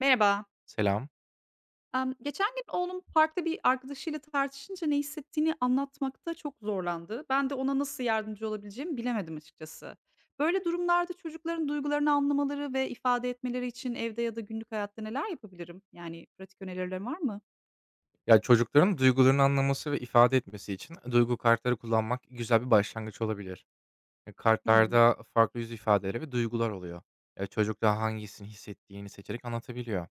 Merhaba. Selam. Geçen gün oğlum parkta bir arkadaşıyla tartışınca ne hissettiğini anlatmakta çok zorlandı. Ben de ona nasıl yardımcı olabileceğimi bilemedim açıkçası. Böyle durumlarda çocukların duygularını anlamaları ve ifade etmeleri için evde ya da günlük hayatta neler yapabilirim? Yani pratik önerilerin var mı? Çocukların duygularını anlaması ve ifade etmesi için duygu kartları kullanmak güzel bir başlangıç olabilir. Hı hı, Kartlarda farklı yüz ifadeleri ve duygular oluyor. Çocuk da hangisini hissettiğini seçerek anlatabiliyor.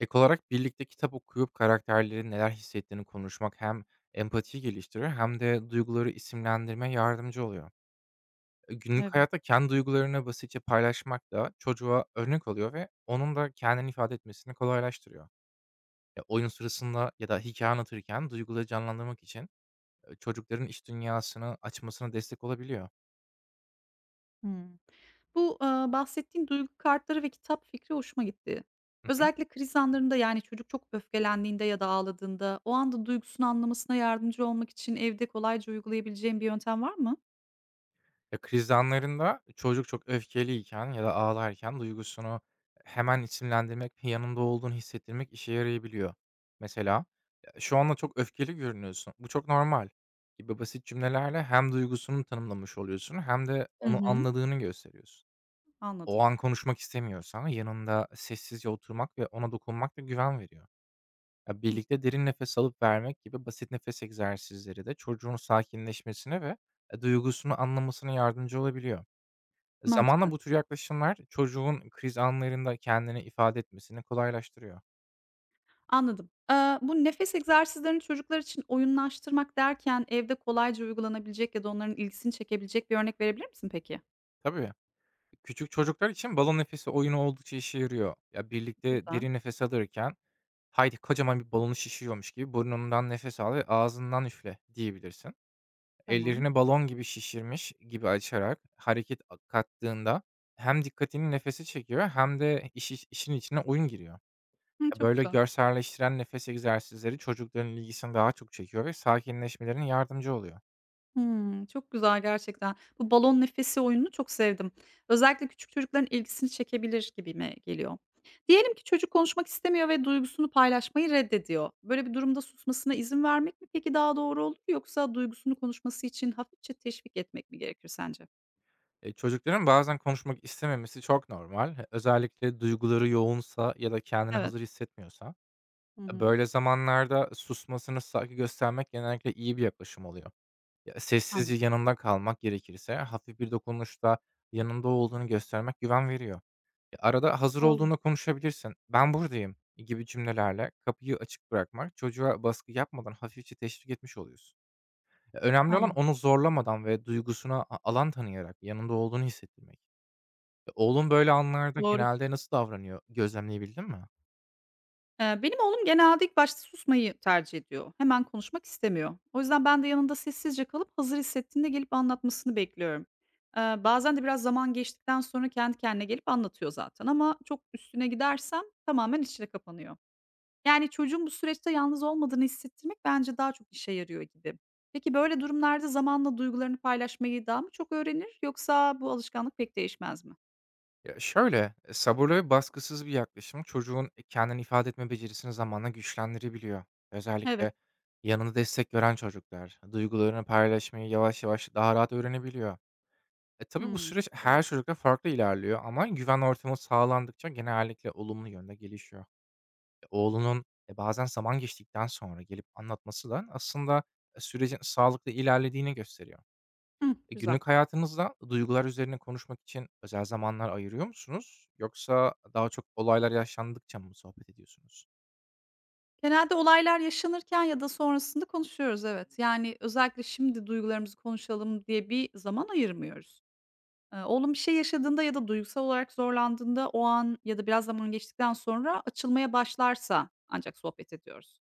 Ek olarak birlikte kitap okuyup karakterlerin neler hissettiğini konuşmak hem empatiyi geliştirir hem de duyguları isimlendirmeye yardımcı oluyor. Günlük evet. hayatta kendi duygularını basitçe paylaşmak da çocuğa örnek oluyor ve onun da kendini ifade etmesini kolaylaştırıyor. Oyun sırasında ya da hikaye anlatırken duyguları canlandırmak için, çocukların iç dünyasını açmasına destek olabiliyor. Hı. Bahsettiğin duygu kartları ve kitap fikri hoşuma gitti. Hı hı. Özellikle kriz anlarında, yani, çocuk çok öfkelendiğinde ya da ağladığında o anda duygusunu anlamasına yardımcı olmak için evde kolayca uygulayabileceğim bir yöntem var mı? Kriz anlarında çocuk çok öfkeliyken ya da ağlarken duygusunu hemen isimlendirmek ve yanında olduğunu hissettirmek işe yarayabiliyor. Mesela, "Ya, şu anda çok öfkeli görünüyorsun. Bu çok normal." gibi basit cümlelerle hem duygusunu tanımlamış oluyorsun hem de Hı onu hı. anladığını gösteriyorsun. Anladım. O an konuşmak istemiyorsan, yanında sessizce oturmak ve ona dokunmak da güven veriyor. Ya, Hımm, birlikte derin nefes alıp vermek gibi basit nefes egzersizleri de çocuğun sakinleşmesine ve, duygusunu anlamasına yardımcı olabiliyor. Zamanla mantıklı. bu tür yaklaşımlar çocuğun kriz anlarında kendini ifade etmesini kolaylaştırıyor. Anladım. Bu nefes egzersizlerini çocuklar için oyunlaştırmak derken evde kolayca uygulanabilecek ya da onların ilgisini çekebilecek bir örnek verebilir misin peki? Tabii, küçük çocuklar için balon nefesi oyunu oldukça işe yarıyor. Ya, birlikte Güzel, derin nefes alırken, "Haydi, kocaman bir balonu şişiriyormuş gibi burnundan nefes al ve ağzından üfle." diyebilirsin. tamam. Ellerini balon gibi şişirmiş gibi açarak hareket a kattığında hem dikkatini nefese çekiyor hem de iş iş işin içine oyun giriyor. Hıı, Ya, çok böyle güzel. görselleştiren nefes egzersizleri çocukların ilgisini daha çok çekiyor ve sakinleşmelerine yardımcı oluyor. Hımm, çok güzel gerçekten. Bu balon nefesi oyununu çok sevdim. Özellikle küçük çocukların ilgisini çekebilir gibime geliyor. Diyelim ki çocuk konuşmak istemiyor ve duygusunu paylaşmayı reddediyor. Böyle bir durumda susmasına izin vermek mi peki daha doğru olur yoksa duygusunu konuşması için hafifçe teşvik etmek mi gerekir sence? Çocukların bazen konuşmak istememesi çok normal, özellikle duyguları yoğunsa ya da kendini Evet. hazır hissetmiyorsa. Hı hı. Böyle zamanlarda susmasını saygı göstermek genellikle iyi bir yaklaşım oluyor. Ya, Anladım. sessizce yanında kalmak, gerekirse hafif bir dokunuşla yanında olduğunu göstermek güven veriyor. Arada hazır Doğru. olduğunda konuşabilirsin. "Ben buradayım." gibi cümlelerle kapıyı açık bırakmak çocuğa baskı yapmadan hafifçe teşvik etmiş oluyorsun. Önemli olan Anladım. onu zorlamadan ve duygusuna a alan tanıyarak yanında olduğunu hissettirmek. Oğlun böyle anlarda Doğru. genelde nasıl davranıyor, gözlemleyebildin mi? Benim oğlum genelde ilk başta susmayı tercih ediyor. Hemen konuşmak istemiyor. O yüzden ben de yanında sessizce kalıp hazır hissettiğinde gelip anlatmasını bekliyorum. Bazen de biraz zaman geçtikten sonra kendi kendine gelip anlatıyor zaten ama çok üstüne gidersem tamamen içine kapanıyor. Yani çocuğun bu süreçte yalnız olmadığını hissettirmek bence daha çok işe yarıyor gibi. Peki böyle durumlarda zamanla duygularını paylaşmayı daha mı çok öğrenir yoksa bu alışkanlık pek değişmez mi? Şöyle, sabırlı ve baskısız bir yaklaşım çocuğun, kendini ifade etme becerisini zamanla güçlendirebiliyor. Evet. Özellikle yanında destek gören çocuklar duygularını paylaşmayı yavaş yavaş daha rahat öğrenebiliyor. Tabii bu Hmm. süreç Doğru. her çocukta farklı ilerliyor ama güven ortamı sağlandıkça genellikle olumlu yönde gelişiyor. Oğlunun, bazen zaman geçtikten sonra gelip anlatması da aslında, sürecin sağlıklı ilerlediğini gösteriyor. Hı, güzel. Günlük hayatınızda duygular üzerine konuşmak için özel zamanlar ayırıyor musunuz? Yoksa daha çok olaylar yaşandıkça mı sohbet ediyorsunuz? Genelde olaylar yaşanırken ya da sonrasında konuşuyoruz, evet. Yani, özellikle şimdi duygularımızı konuşalım diye bir zaman ayırmıyoruz. Oğlum bir şey yaşadığında ya da duygusal olarak zorlandığında o an ya da biraz zaman geçtikten sonra açılmaya başlarsa ancak sohbet ediyoruz.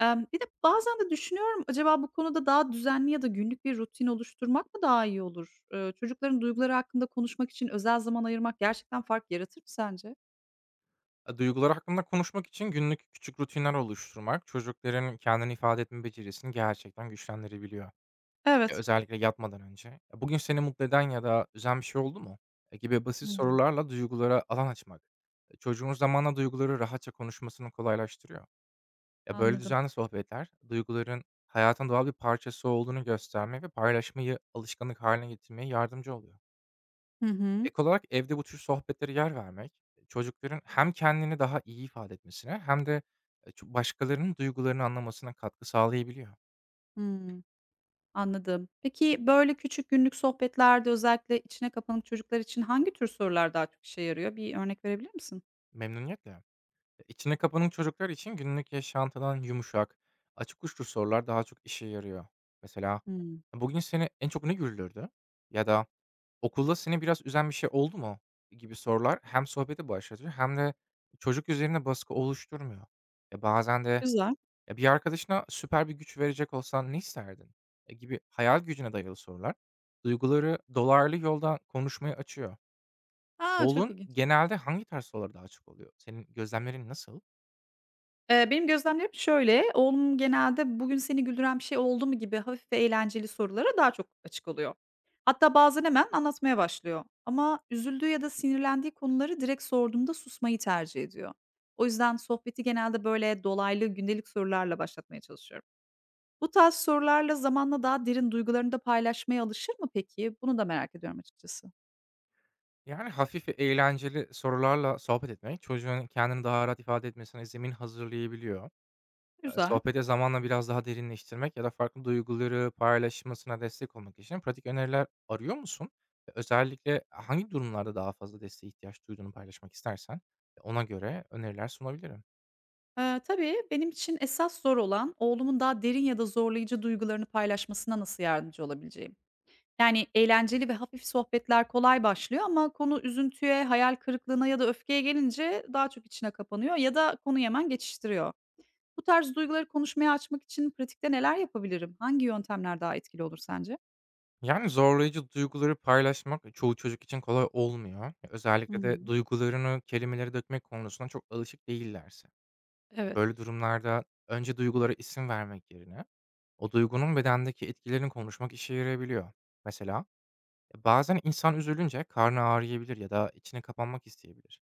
Bir de bazen de düşünüyorum, acaba bu konuda daha düzenli ya da günlük bir rutin oluşturmak mı daha iyi olur? Çocukların duyguları hakkında konuşmak için özel zaman ayırmak gerçekten fark yaratır mı sence? Duygular hakkında konuşmak için günlük küçük rutinler oluşturmak çocukların kendini ifade etme becerisini gerçekten güçlendirebiliyor. Evet. Özellikle yatmadan önce, Bugün seni mutlu eden ya da üzen bir şey oldu mu?" Gibi basit Hımm. sorularla duygulara alan açmak, çocuğun zamanla duyguları rahatça konuşmasını kolaylaştırıyor. Ya, böyle Anladım. düzenli sohbetler, duyguların hayatın doğal bir parçası olduğunu göstermeye ve paylaşmayı alışkanlık haline getirmeye yardımcı oluyor. Hı hı. Ek olarak evde bu tür sohbetlere yer vermek, çocukların hem kendini daha iyi ifade etmesine hem de, ço başkalarının duygularını anlamasına katkı sağlayabiliyor. Hıı. Anladım. Peki, böyle küçük günlük sohbetlerde özellikle içine kapanık çocuklar için hangi tür sorular daha çok işe yarıyor? Bir örnek verebilir misin? Memnuniyetle. İçine kapanık çocuklar için günlük yaşantıdan yumuşak, açık uçlu sorular daha çok işe yarıyor. Mesela, Hımm. "Bugün seni en çok ne güldürdü?" ya da "Okulda seni biraz üzen bir şey oldu mu?" gibi sorular hem sohbeti başlatıyor hem de çocuk üzerine baskı oluşturmuyor. Bazen de Güzel. "Ya, bir arkadaşına süper bir güç verecek olsan ne isterdin?" Gibi hayal gücüne dayalı sorular duyguları dolarlı yoldan konuşmaya açıyor. A, çok Oğlun ilginç. genelde hangi tarz sorulara daha çok oluyor? Senin gözlemlerin nasıl? Benim gözlemlerim şöyle, oğlum genelde "Bugün seni güldüren bir şey oldu mu?" gibi hafif ve eğlenceli sorulara daha çok açık oluyor. Hatta bazen hemen anlatmaya başlıyor ama üzüldüğü ya da sinirlendiği konuları direkt sorduğumda susmayı tercih ediyor. O yüzden sohbeti genelde böyle dolaylı gündelik sorularla başlatmaya çalışıyorum. Bu tarz sorularla zamanla daha derin duygularını da paylaşmaya alışır mı peki? Bunu da merak ediyorum açıkçası. Yani hafif ve eğlenceli sorularla sohbet etmek çocuğun kendini daha rahat ifade etmesine zemin hazırlayabiliyor. Güzel. Sohbeti zamanla biraz daha derinleştirmek ya da farklı duyguları paylaşmasına destek olmak için pratik öneriler arıyor musun? Ve özellikle hangi durumlarda daha fazla desteğe ihtiyaç duyduğunu paylaşmak istersen, ona göre öneriler sunabilirim. Tabii benim için esas zor olan oğlumun daha derin ya da zorlayıcı duygularını paylaşmasına nasıl yardımcı olabileceğim. Yani eğlenceli ve hafif sohbetler kolay başlıyor ama konu üzüntüye, hayal kırıklığına ya da öfkeye gelince daha çok içine kapanıyor ya da konuyu hemen geçiştiriyor. Bu tarz duyguları konuşmaya açmak için pratikte neler yapabilirim? Hangi yöntemler daha etkili olur sence? Yani, zorlayıcı duyguları paylaşmak çoğu çocuk için kolay olmuyor, Hı özellikle de hı. duygularını kelimelere dökmek konusunda çok alışık değillerse. Evet. Böyle durumlarda önce duygulara isim vermek yerine o duygunun bedendeki etkilerini konuşmak işe yarayabiliyor. Mesela, Bazen insan üzülünce karnı ağrıyabilir ya da içine kapanmak isteyebilir."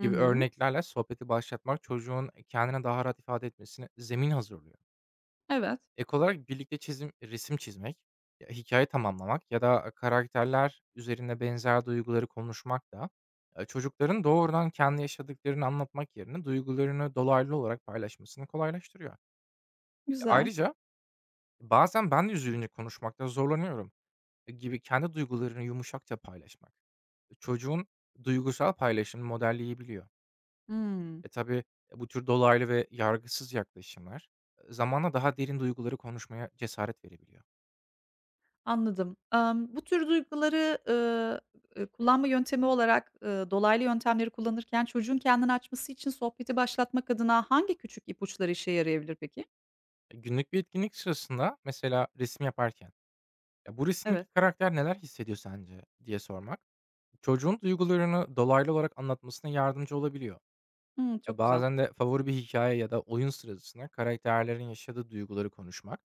Hı gibi hı. Evet. örneklerle sohbeti başlatmak çocuğun kendine daha rahat ifade etmesine zemin hazırlıyor. Evet, Ek olarak birlikte çizim, resim çizmek, ya hikaye tamamlamak ya da karakterler üzerine benzer duyguları konuşmak da çocukların doğrudan kendi yaşadıklarını anlatmak yerine duygularını dolaylı olarak paylaşmasını kolaylaştırıyor. Güzel. Ayrıca "bazen ben de üzülünce konuşmakta zorlanıyorum" gibi kendi duygularını yumuşakça paylaşmak çocuğun duygusal paylaşımını modelleyebiliyor. Hımm, Tabii, bu tür dolaylı ve yargısız yaklaşımlar, zamanla daha derin duyguları konuşmaya cesaret verebiliyor. anladım. Bu tür duyguları, kullanma yöntemi olarak, dolaylı yöntemleri kullanırken çocuğun kendini açması için sohbeti başlatmak adına hangi küçük ipuçları işe yarayabilir peki? Günlük bir etkinlik sırasında, mesela resim yaparken, "Ya, bu Evet. resimdeki karakter neler hissediyor sence?" diye sormak, çocuğun duygularını dolaylı olarak anlatmasına yardımcı olabiliyor. Hımm, Ya, çok güzel. bazen de favori bir hikaye ya da oyun sırasında karakterlerin yaşadığı duyguları konuşmak,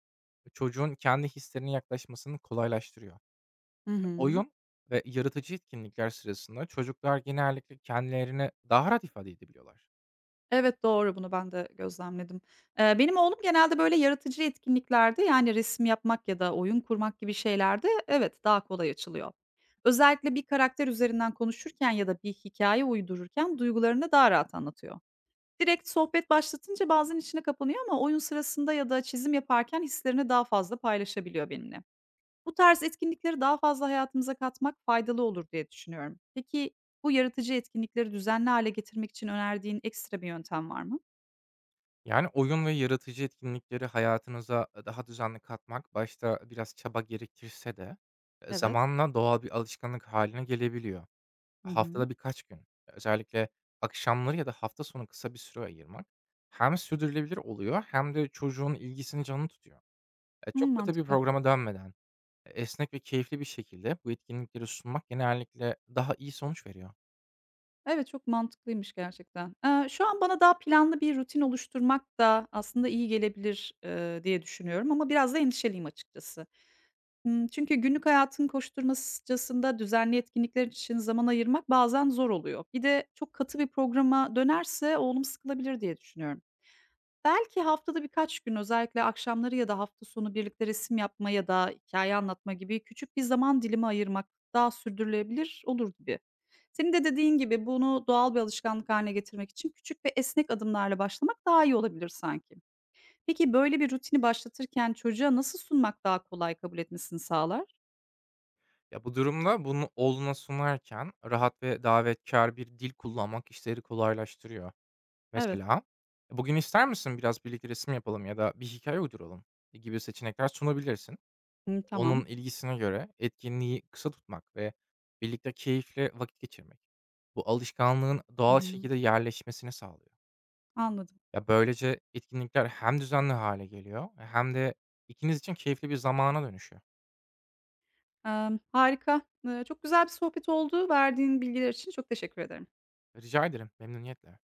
çocuğun kendi hislerine yaklaşmasını kolaylaştırıyor. Hı hı. Oyun ve yaratıcı etkinlikler sırasında çocuklar genellikle kendilerini daha rahat ifade edebiliyorlar. Evet, doğru, bunu ben de gözlemledim. Benim oğlum genelde böyle yaratıcı etkinliklerde, yani, resim yapmak ya da oyun kurmak gibi şeylerde, evet, daha kolay açılıyor. Özellikle bir karakter üzerinden konuşurken ya da bir hikâye uydururken duygularını daha rahat anlatıyor. Direkt sohbet başlatınca bazen içine kapanıyor ama oyun sırasında ya da çizim yaparken hislerini daha fazla paylaşabiliyor benimle. Bu tarz etkinlikleri daha fazla hayatımıza katmak faydalı olur diye düşünüyorum. Peki bu yaratıcı etkinlikleri düzenli hale getirmek için önerdiğin ekstra bir yöntem var mı? Yani oyun ve yaratıcı etkinlikleri hayatınıza daha düzenli katmak başta biraz çaba gerektirse de Evet. zamanla doğal bir alışkanlık haline gelebiliyor. Hı hı. Haftada birkaç gün, özellikle akşamları ya da hafta sonu kısa bir süre ayırmak hem sürdürülebilir oluyor hem de çocuğun ilgisini canlı tutuyor. Hmm, Çok katı bir mantıklı. programa dönmeden esnek ve keyifli bir şekilde bu etkinlikleri sunmak genellikle daha iyi sonuç veriyor. Evet çok mantıklıymış gerçekten. Şu an bana daha planlı bir rutin oluşturmak da aslında iyi gelebilir diye düşünüyorum ama biraz da endişeliyim açıkçası. Hımm, çünkü günlük hayatın koşturmacasında düzenli etkinlikler için zaman ayırmak bazen zor oluyor. Bir de çok katı bir programa dönerse oğlum sıkılabilir diye düşünüyorum. Belki haftada birkaç gün özellikle akşamları ya da hafta sonu birlikte resim yapma ya da hikâye anlatma gibi küçük bir zaman dilimi ayırmak daha sürdürülebilir olur gibi. Senin de dediğin gibi bunu doğal bir alışkanlık hâline getirmek için küçük ve esnek adımlarla başlamak daha iyi olabilir sanki. Peki böyle bir rutini başlatırken çocuğa nasıl sunmak daha kolay kabul etmesini sağlar? Ya, bu durumda bunu oğluna sunarken rahat ve davetkar bir dil kullanmak işleri kolaylaştırıyor. Evet. Mesela, Bugün ister misin biraz birlikte resim yapalım ya da bir hikaye uyduralım?" gibi seçenekler sunabilirsin. Hımm, tamam. Onun ilgisine göre etkinliği kısa tutmak ve birlikte keyifle vakit geçirmek, bu alışkanlığın Hı doğal hı. şekilde yerleşmesini sağlıyor. Anladım. Ya, böylece etkinlikler hem düzenli hale geliyor hem de ikiniz için keyifli bir zamana dönüşüyor. Harika. Çok güzel bir sohbet oldu. Verdiğin bilgiler için çok teşekkür ederim. Rica ederim, memnuniyetle.